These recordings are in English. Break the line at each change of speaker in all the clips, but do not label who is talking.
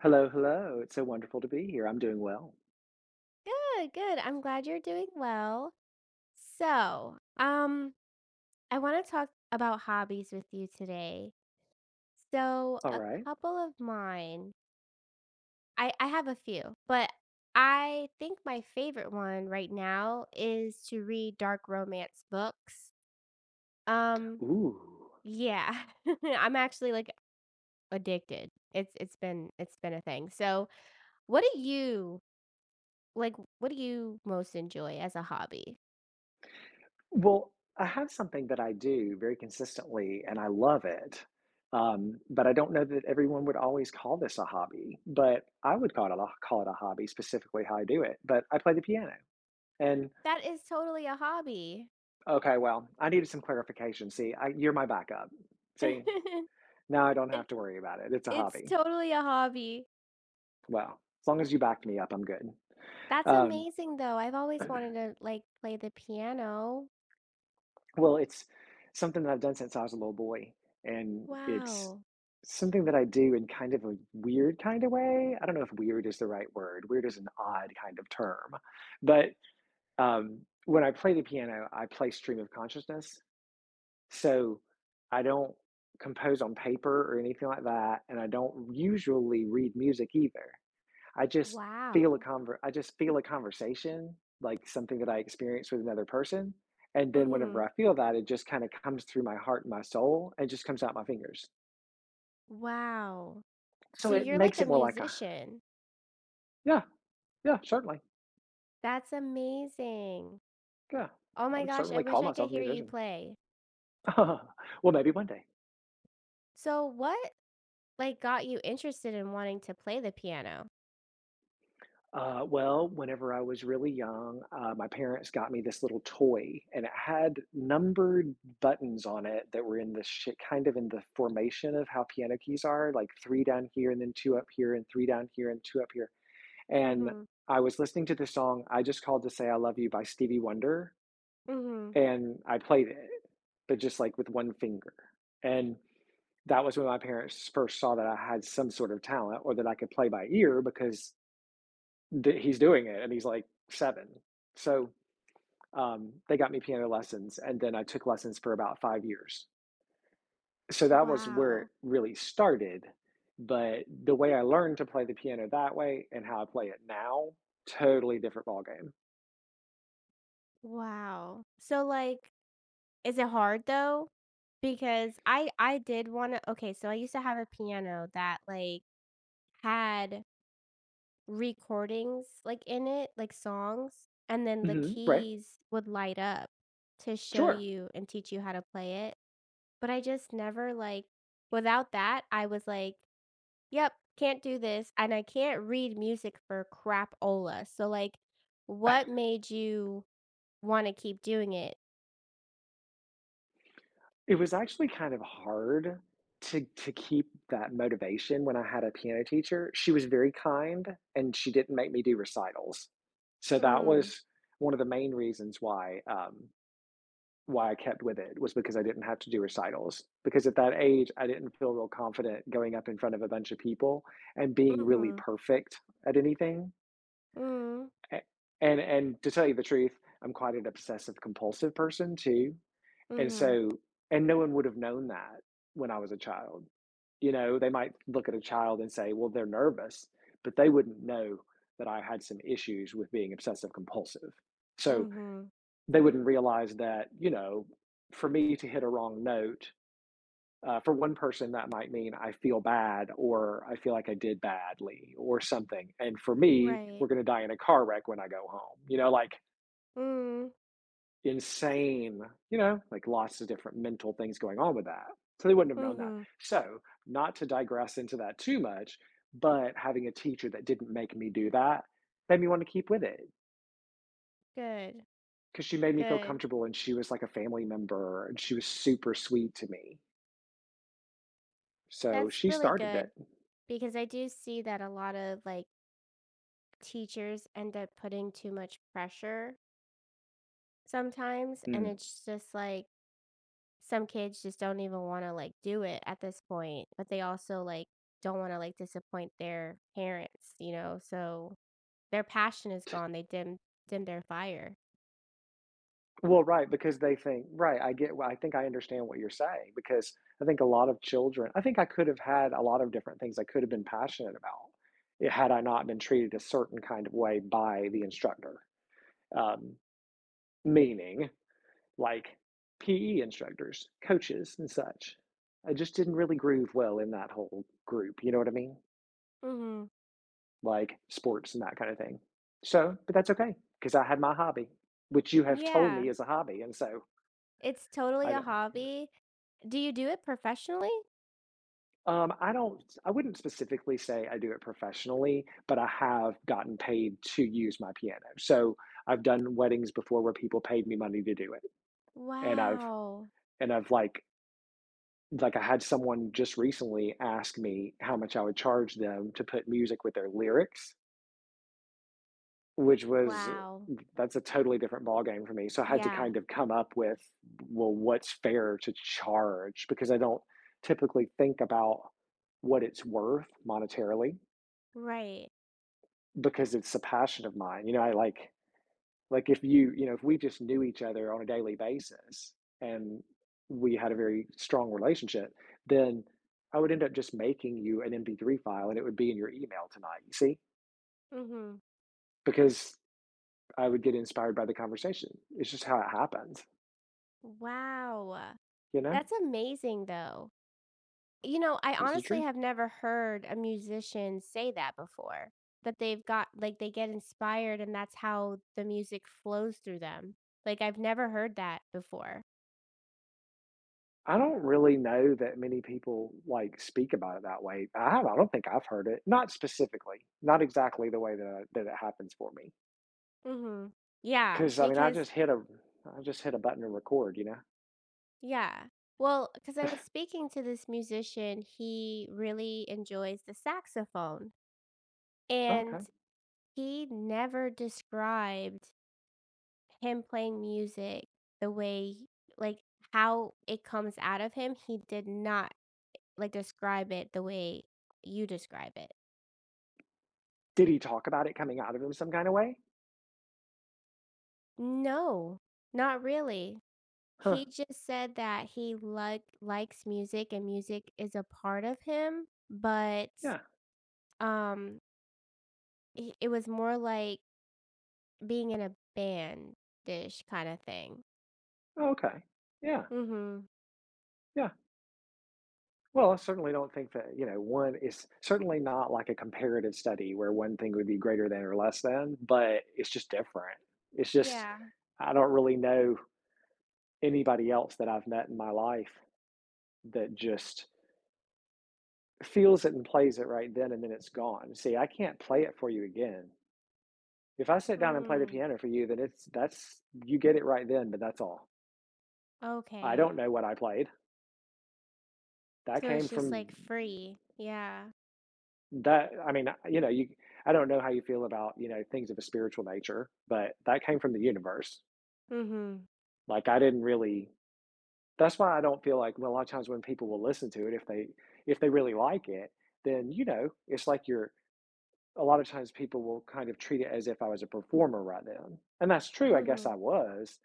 Hello, hello. It's so wonderful to be here. I'm doing well.
Good, good. I'm glad you're doing well. So, um, I want to talk about hobbies with you today. So,
All
a
right.
couple of mine, I have a few, but I think my favorite one right now is to read dark romance books. Um,
Ooh.
yeah, I'm actually like addicted. It's been a thing. So, what do you like? What do you most enjoy as a hobby?
Well, I have something that I do very consistently and I love it. But I don't know that everyone would always call this a hobby, but I would call it a hobby, specifically how I do it. But I play the piano. And
That is totally a hobby.
okay, well, I needed some clarification. See, I, you're my backup. See, now I don't
It
have to worry about it. It's a
it's
hobby.
totally a hobby.
Well, as long as you backed me up, I'm good.
That's
Um,
amazing though. I've always wanted to like play the piano.
Well, it's something that I've done since I was a little boy, and it's
Wow.
something that I do in kind of a weird kind of way. I don't know if weird is the right word. Weird is an odd kind of term. But when I play the piano, I play stream of consciousness. So I don't compose on paper or anything like that. And I don't usually read music either. I just
Wow.
I just feel a conversation, like something that I experienced with another person, and then whenever
Mhm.
I feel that, it just kinda comes through my heart and my soul and just comes out my fingers.
Wow.
So
So
it
you're like
makes
a
it more like a
musician.
Yeah, yeah, certainly,
That's amazing.
yeah.
Oh
I
my
would
gosh, I
certainly
wish
call
I could
myself a
hear you
musician.
play.
Well, maybe one day.
So what got you interested in wanting to play the piano?
Well, whenever I was really young, my parents got me this little toy, and it had numbered buttons on it that were in the kind of in the formation of how piano keys are, like three down here and then two up here, and three down here and two up here. And
Mhm.
I was listening to the song "I Just Called to Say I Love You" by Stevie Wonder,
Mhm.
and I played it, but just like with one finger. And that was when my parents first saw that I had some sort of talent or that I could play by ear because he's doing it and he's like seven. So they got me piano lessons and then I took lessons for about 5 years. So that was where it
Wow.
really started. But the way I learned to play the piano that way and how I play it now, totally different ballgame.
Wow. Is it hard though? Because I did wanna okay, so I used to have a piano that, like, had recordings, like, in it, like, songs, and then the
Hmm, right.
keys would light up to show
Sure.
you and teach you how to play it, but I just never, like, without that, I was like, "Yep, can't do this," and I can't read music for crapola, so, like, what made you wanna keep doing it?
It was actually kind of hard to keep that motivation when I had a piano teacher. She was very kind and she didn't make me do recitals. So that
Mm,
was one of the main reasons why. Why I kept with it was because I didn't have to do recitals. Because at that age, I didn't feel real confident going up in front of a bunch of people and being really
mhm,
perfect at anything.
mm,
A- and to tell you the truth, I'm quite an obsessive compulsive person too. And
mhm.
so and no one would have known that when I was a child. You know, they might look at a child and say, "Well, they're nervous," but they wouldn't know that I had some issues with being obsessive compulsive. So
Mhm.
they wouldn't realize that, you know, for me to hit a wrong note, for one person, that might mean I feel bad or I feel like I did badly or something. And for me,
Right.
we're going to die in a car wreck when I go home, you know, like
Mm.
insane, you know, like lots of different mental things going on with that. So they wouldn't have known that.
Mhm.
So, not to digress into that too much, but having a teacher that didn't make me do that made me want to keep with it.
Good.
'Cause she made me feel
Good.
comfortable, and she was like a family member, and she was super sweet to me. So
That's
she
really
started
good
it.
because I do see that a lot of like teachers end up putting too much pressure sometimes and
Mm.
it's just like some kids just don't even want to like do it at this point, but they also like don't want to like disappoint their parents, So their passion is
T
gone. They dim their fire.
Well, right, because they think right, I get why I think I understand what you're saying because I think a lot of children I think I could have had a lot of different things I could have been passionate about, had I not been treated a certain kind of way by the instructor. Um, Meaning, like, PE instructors, coaches, and such. I just didn't really groove well in that whole group, you know what I mean?
Mhm.
Like sports and that kind of thing. So, but that's okay because I had my hobby, which you have told me
Yeah.
is a hobby, and so
It's totally
I
a
don't. Yeah.
hobby. Do you do it professionally?
I don't. I wouldn't specifically say I do it professionally, but I have gotten paid to use my piano. So I've done weddings before where people paid me money to do it, and I've
Wow.
and I've like I had someone just recently ask me how much I would charge them to put music with their lyrics which was
Wow.
that's a totally different ballgame for me. So I had to
Yeah,
kind of come up with, well, what's fair to charge because I don't typically think about what it's worth monetarily
right.
because it's a passion of mine. You know, I like if you, you know, if we just knew each other on a daily basis and we had a very strong relationship, then I would end up just making you an MP3 file and it would be in your email tonight, you see?
Mhm.
Because I would get inspired by the conversation. It's just how it happens.
Wow.
You know?
That's amazing though. I
This is
honestly
true.
have never heard a musician say that before, that they've got like they get inspired and that's how the music flows through them. Like I've never heard that before.
I don't really know that many people, like, speak about it that way. I have I don't think I've heard it, not specifically, not exactly the way that I, that it happens for me.
Mhm. Yeah,
Because I mean,
because
I just hit a button to record, you know?
yeah. Well, because I was speaking to this musician, he really enjoys the saxophone. And
"Okay.
he never described him playing music the way like, how it comes out of him, he did not, like, describe it the way you describe it.
Did he talk about it coming out of him some kinda way?
No, not really.
Huh.
He just said that he like likes music and music is a part of him,
Yeah.
um, I it was more like being in a band dish kinda thing.
Oh, okay. Yeah.
Mhm.
Yeah. Well, I certainly don't think that, you know, one is certainly not like a comparative study where one thing would be greater than or less than, but it's just different. It's just
Yeah.
I don't really know anybody else that I've met in my life that just feels it and plays it right then and then it's gone. See, I can't play it for you again. If I sit down and play the
Mm,
piano for you, then it's that's you get it right then, but that's all. I
okay.
don't know what I played. That
So it's
came
just, like,
from
free. Yeah.
that I mean, you know, you I don't know how you feel about, you know, things of a spiritual nature, but that came from the universe.
Mhm.
Like I didn't really that's why I don't feel like well, a lot of times when people will listen to it if they really like it, then you know, it's like you're a lot of times people will kind of treat it as if I was a performer right then. And that's true, I guess I
Mhm.
was,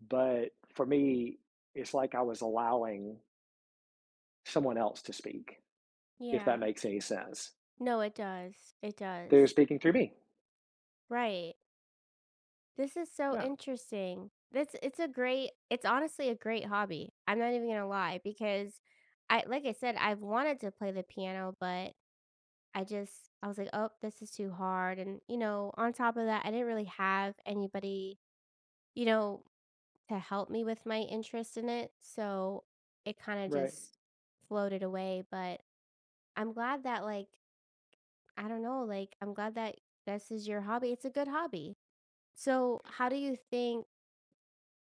but for me, it's like I was allowing someone else to speak, if that
Yeah.
makes any sense.
No, it does. It
They're
does.
speaking through me.
Right. This is so
Yeah,
interesting. That's it's a great it's honestly a great hobby. I'm not even gonna lie because I like I said, I've wanted to play the piano, but I just I was like, "Oh, this is too hard," and, on top of that, I didn't really have anybody, you know, to help me with my interest in it, so it kinda
right.
just floated away, but I'm glad that, like, I don't know, like, I'm glad that this is your hobby. It's a good hobby. So, how do you think,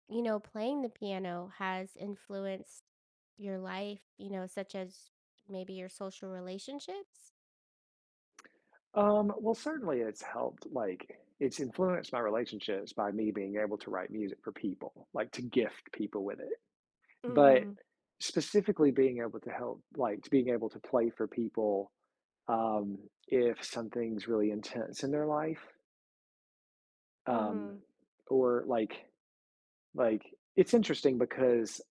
playing the piano has influenced your life, such as maybe your social relationships?
Well, certainly it's helped, like it's influenced my relationships by me being able to write music for people, like to gift people with it. But
Mhm.
specifically being able to help, like to being able to play for people um, if something's really intense in their life, um,
Mhm.
or like it's interesting because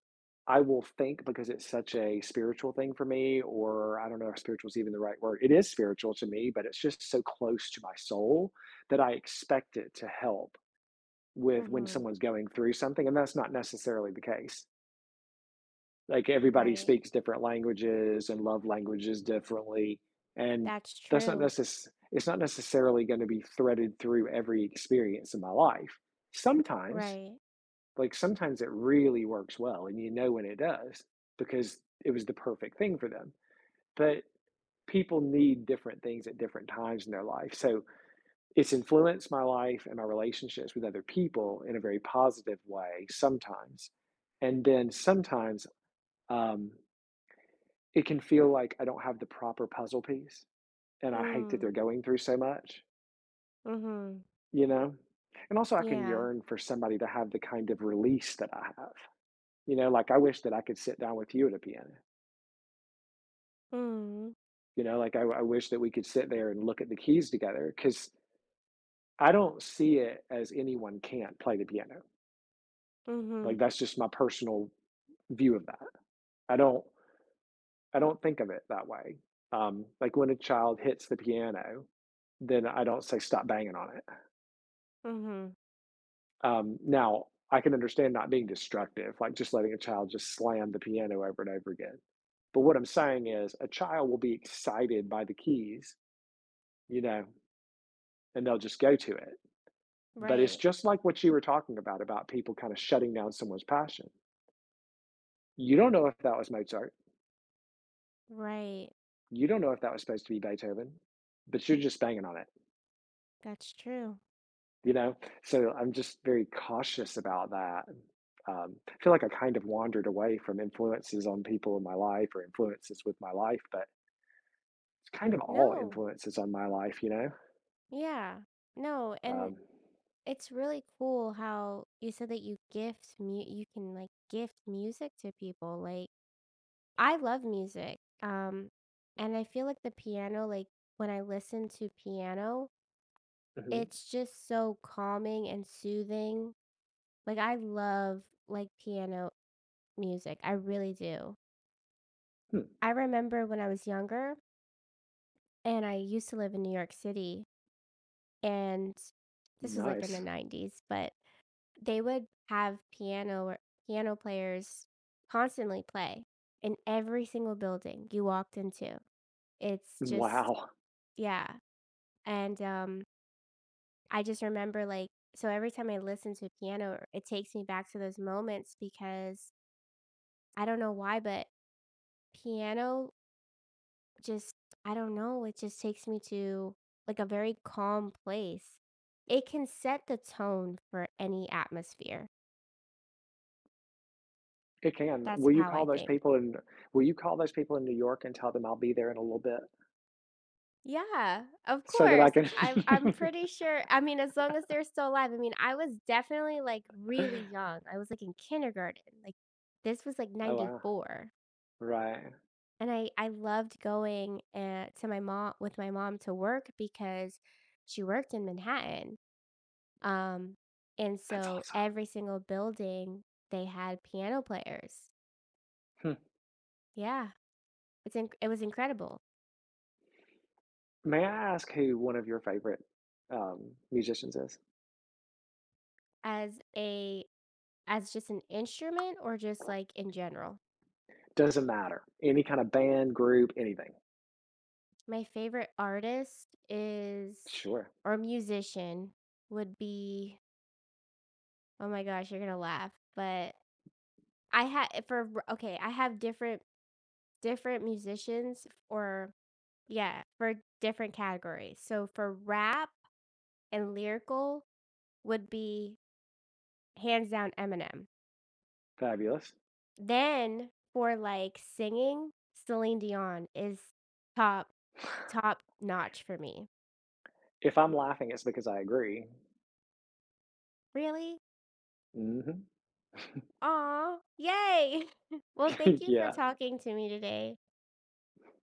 I will think because it's such a spiritual thing for me, or I don't know if spiritual is even the right word. It is spiritual to me, but it's just so close to my soul that I expect it to help with when
Mhm.
someone's going through something. And that's not necessarily the case. Like everybody
Right.
speaks different languages and love languages differently and
That's
that's not
true.
necess- it's not necessarily going to be threaded through every experience in my life sometimes
Right.
like sometimes it really works well and you know when it does because it was the perfect thing for them but people need different things at different times in their life so it's influenced my life and my relationships with other people in a very positive way sometimes and then sometimes um, it can feel like I don't have the proper puzzle piece, and I hate that they're
Mm.
going through so much,
Mhm.
you know? And also, I can
Yeah.
yearn for somebody to have the kind of release that I have, you know? Like, I wish that I could sit down with you at a piano,
Mm.
you know? Like, I wish that we could sit there and look at the keys together because I don't see it as anyone can't play the piano.
Mhm.
Like, that's just my personal view of that. I don't I don't think of it that way. Like when a child hits the piano, then I don't say stop banging on it.
Mhm.
Now I can understand not being destructive, like just letting a child just slam the piano over and over again. But what I'm saying is a child will be excited by the keys, you know, and they'll just go to it. But it's
Right.
just like what you were talking about people kind of shutting down someone's passion. You don't know if that was Mozart.
Right.
You don't know if that was supposed to be Beethoven, but you're just banging on it.
That's true.
You know? So I'm just very cautious about that. I feel like I kind of wandered away from influences on people in my life or influences with my life, but it's kind of all
No.
influences on my life, you know?
Yeah. No, and
Um,
it's really cool how you said that you gift mu you can, like, gift music to people, like, I love music, um, and I feel like the piano, like, when I listen to piano,
mhm.
it's just so calming and soothing. Like, I love, like, piano music, I really do.
Hmm.
I remember when I was younger and I used to live in New York City, and this was, like, in the
Nice.
90s, but they would have piano or piano players constantly play in every single building you walked into. It's just
Wow.
yeah, and, I just remember, like, so every time I listen to piano, it takes me back to those moments because I don't know why, but piano just I don't know, it just takes me to, like, a very calm place. It can set the tone for any atmosphere.
It can.
That's how I think.
Will you call those people in New York and tell them I'll be there in a little bit
Yeah, of
so that I
course.
can
I'm pretty sure I mean, as long as they're still alive. I mean, I was definitely, like, really young. I was, like, in kindergarten. Like, this was, like,
Oh, wow.
'94,
Right.
and I loved going, to my mom with my mom to work because she worked in Manhattan, um, and
That's
so
awesome.
every single building, they had piano players.
Hmm.
Yeah. It's inc it was incredible.
May I ask who one of your favorite, musicians is?
As a as just an instrument or just, like, in general?
Doesn't matter. Any kind of band, group, anything.
My favorite artist is
Sure.
or musician would be oh my gosh, you're gonna laugh, but I had for r okay, I have different different musicians or yeah, for different categories. So for rap and lyrical would be hands down Eminem.
Fabulous.
Then for like singing, Celine Dion is top top notch for me.
If I'm laughing, it's because I agree.
Really?
Mhm.
Aw, yay. Well, thank you for
Yeah.
talking to me today.